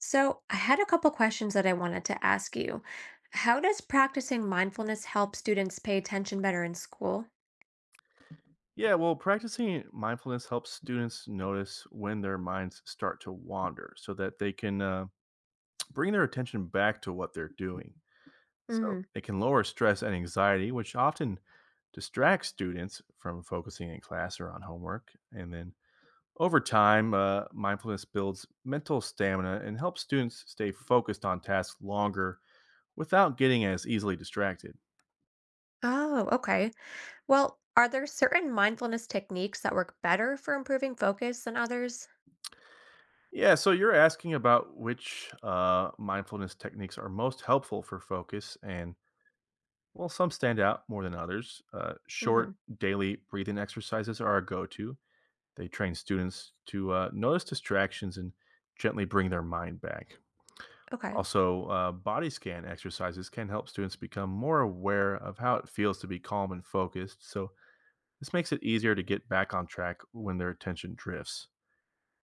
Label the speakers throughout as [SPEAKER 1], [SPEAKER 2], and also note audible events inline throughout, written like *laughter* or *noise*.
[SPEAKER 1] So, I had a couple questions that I wanted to ask you. How does practicing mindfulness help students pay attention better in school?
[SPEAKER 2] Yeah, well, practicing mindfulness helps students notice when their minds start to wander so that they can bring their attention back to what they're doing. So
[SPEAKER 1] Hmm.
[SPEAKER 2] it can lower stress and anxiety, which often distracts students from focusing in class or on homework. And then over time, mindfulness builds mental stamina and helps students stay focused on tasks longer without getting as easily distracted.
[SPEAKER 1] Oh, okay. Well, are there certain mindfulness techniques that work better for improving focus than others?
[SPEAKER 2] Yeah, so you're asking about which mindfulness techniques are most helpful for focus, and well, some stand out more than others. Short
[SPEAKER 1] Hmm.
[SPEAKER 2] daily breathing exercises are a go to. They train students to notice distractions and gently bring their mind back.
[SPEAKER 1] Okay.
[SPEAKER 2] Also, body scan exercises can help students become more aware of how it feels to be calm and focused. So, this makes it easier to get back on track when their attention drifts.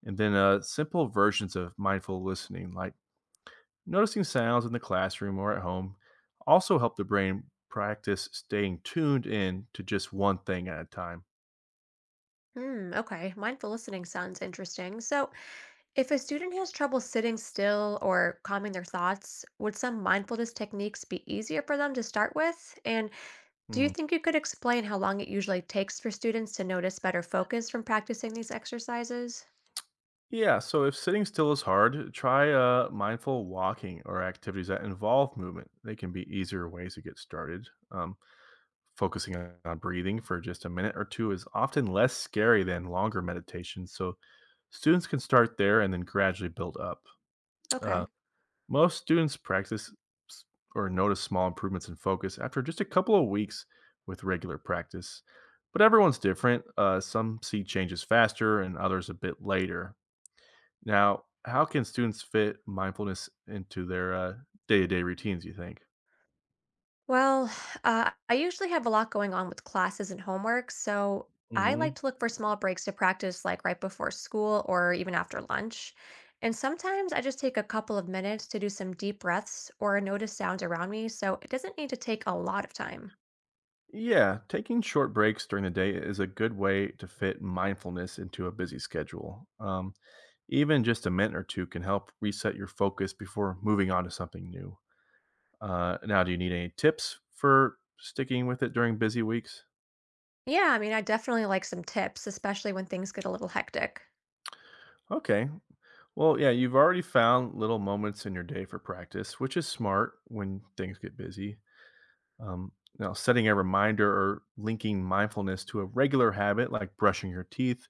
[SPEAKER 2] And then, simple versions of mindful listening, like noticing sounds in the classroom or at home also help the brain practice staying tuned in to just one thing at a time.
[SPEAKER 1] Hmm, okay. Mindful listening sounds interesting. So, if a student has trouble sitting still or calming their thoughts, would some mindfulness techniques be easier for them to start with? And do you
[SPEAKER 2] Mm.
[SPEAKER 1] think you could explain how long it usually takes for students to notice better focus from practicing these exercises?
[SPEAKER 2] Yeah, so if sitting still is hard, try mindful walking or activities that involve movement. They can be easier ways to get started. Focusing on breathing for just a minute or two is often less scary than longer meditations, so students can start there and then gradually build up. Uh,
[SPEAKER 1] Okay.
[SPEAKER 2] Most students practice s- or notice small improvements in focus after just a couple of weeks with regular practice, but everyone's different. Some see changes faster and others a bit later. Now, how can students fit mindfulness into their day to day routines, you think?
[SPEAKER 1] Well, *sighs* I usually have a lot going on with classes and homework, so I
[SPEAKER 2] hmm
[SPEAKER 1] like to look for small breaks to practice, like right before school or even after lunch. And sometimes I just take a couple of minutes to do some deep breaths or notice sounds around me, so it doesn't need to take a lot of time.
[SPEAKER 2] Yeah, taking short breaks during the day is a good way to fit mindfulness into a busy schedule. Even just a minute or two can help reset your focus before moving on to something new. Now, do you need any tips for sticking with it during busy weeks?
[SPEAKER 1] Yeah, I mean, I definitely like some tips, especially when things get a little hectic.
[SPEAKER 2] Okay. Well, yeah, you've already found little moments in your day for practice, which is smart when things get busy. Um, Now, setting a reminder or linking mindfulness to a regular habit like brushing your teeth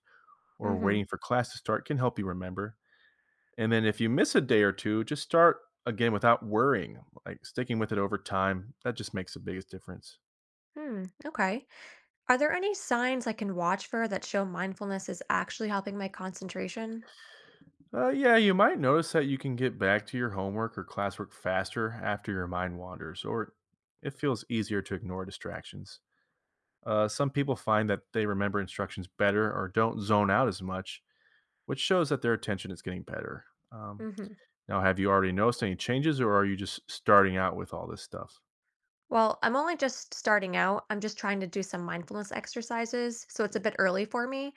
[SPEAKER 2] or
[SPEAKER 1] Mm-hmm.
[SPEAKER 2] waiting for class to start can help you remember. And then if you miss a day or two, just start again without worrying. Like sticking with it over time, that just makes the biggest difference.
[SPEAKER 1] Hmm. Okay. Are there any signs I can watch for that show mindfulness is actually helping my concentration?
[SPEAKER 2] Yeah, you might notice that you can get back to your homework or classwork faster after your mind wanders, or it feels easier to ignore distractions. Some people find that they remember instructions better or don't zone out as much, which shows that their attention is getting better. Um,
[SPEAKER 1] Hmm.
[SPEAKER 2] Now, have you already noticed any changes, or are you just starting out with all this stuff?
[SPEAKER 1] Well, I'm only just starting out. I'm just trying to do some mindfulness exercises, so it's a bit early for me.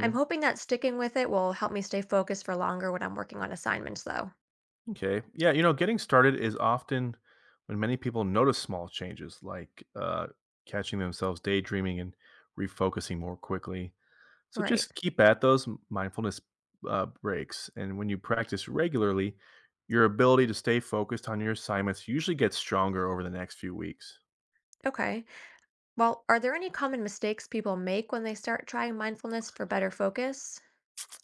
[SPEAKER 1] I'm hoping that sticking with it will help me stay focused for longer when I'm working on assignments, though.
[SPEAKER 2] Okay. Yeah, you know, getting started is often when many people notice small changes, like catching themselves daydreaming and refocusing more quickly. So
[SPEAKER 1] Right.
[SPEAKER 2] just keep at those mindfulness breaks. And when you practice regularly, your ability to stay focused on your assignments usually gets stronger over the next few weeks.
[SPEAKER 1] Okay. Well, are there any common mistakes people make when they start trying mindfulness for better focus?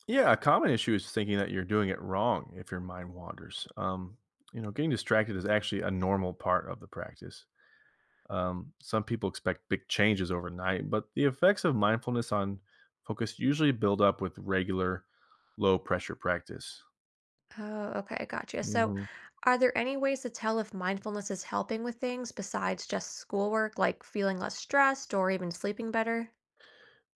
[SPEAKER 2] Yeah, a common issue is thinking that you're doing it wrong if your mind wanders. You know, getting distracted is actually a normal part of the practice. Some people expect big changes overnight, but the effects of mindfulness on focus usually build up with regular low pressure practice.
[SPEAKER 1] Oh, okay, gotcha. So,
[SPEAKER 2] Mhm.
[SPEAKER 1] are there any ways to tell if mindfulness is helping with things besides just schoolwork, like feeling less stressed or even sleeping better?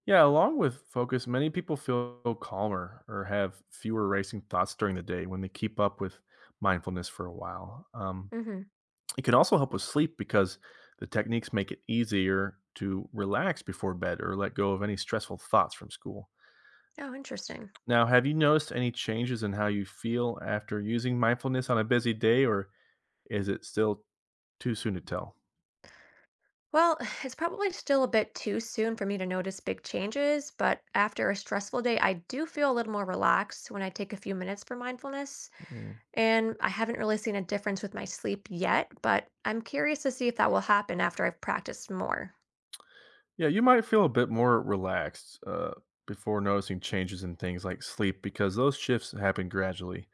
[SPEAKER 2] Yeah, along with focus, many people feel calmer or have fewer racing thoughts during the day when they keep up with mindfulness for a while.
[SPEAKER 1] Mm-hmm.
[SPEAKER 2] It can also help with sleep because the techniques make it easier to relax before bed or let go of any stressful thoughts from school.
[SPEAKER 1] Oh, interesting.
[SPEAKER 2] Now, have you noticed any changes in how you feel after using mindfulness on a busy day, or is it still too soon to tell?
[SPEAKER 1] Well, *laughs* *sighs* it's probably still a bit too soon for me to notice big changes, but after a stressful day, I do feel a little more relaxed when I take a few minutes for mindfulness.
[SPEAKER 2] Mm.
[SPEAKER 1] And I haven't really seen a difference with my sleep yet, but I'm curious to see if that will happen after I've practiced more.
[SPEAKER 2] Yeah, you might feel a bit more relaxed before noticing changes in things like sleep because those shifts happen gradually.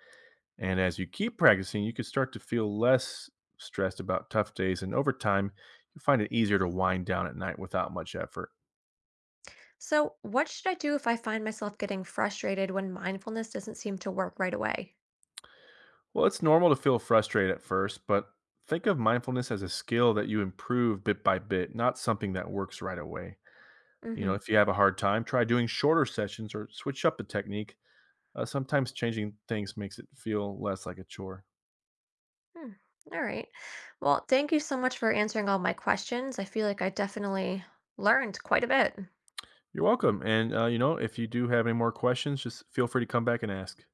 [SPEAKER 2] And as you keep practicing, you can start to feel less stressed about tough days. And over time, you find it easier to wind down at night without much effort.
[SPEAKER 1] So, what should I do if I find myself getting frustrated when mindfulness doesn't seem to work right away?
[SPEAKER 2] Well, it's normal to feel frustrated at first, but think of mindfulness as a skill that you improve bit by bit, not something that works right away. You know,
[SPEAKER 1] Mm-hmm.
[SPEAKER 2] if you have a hard time, try doing shorter sessions or switch up the technique. Sometimes changing things makes it feel less like a chore.
[SPEAKER 1] Hmm. All right. Well, thank you so much for answering all my questions. I feel like I definitely learned quite a bit.
[SPEAKER 2] You're welcome. And, you know, if you do have any more questions, just feel free to come back and ask.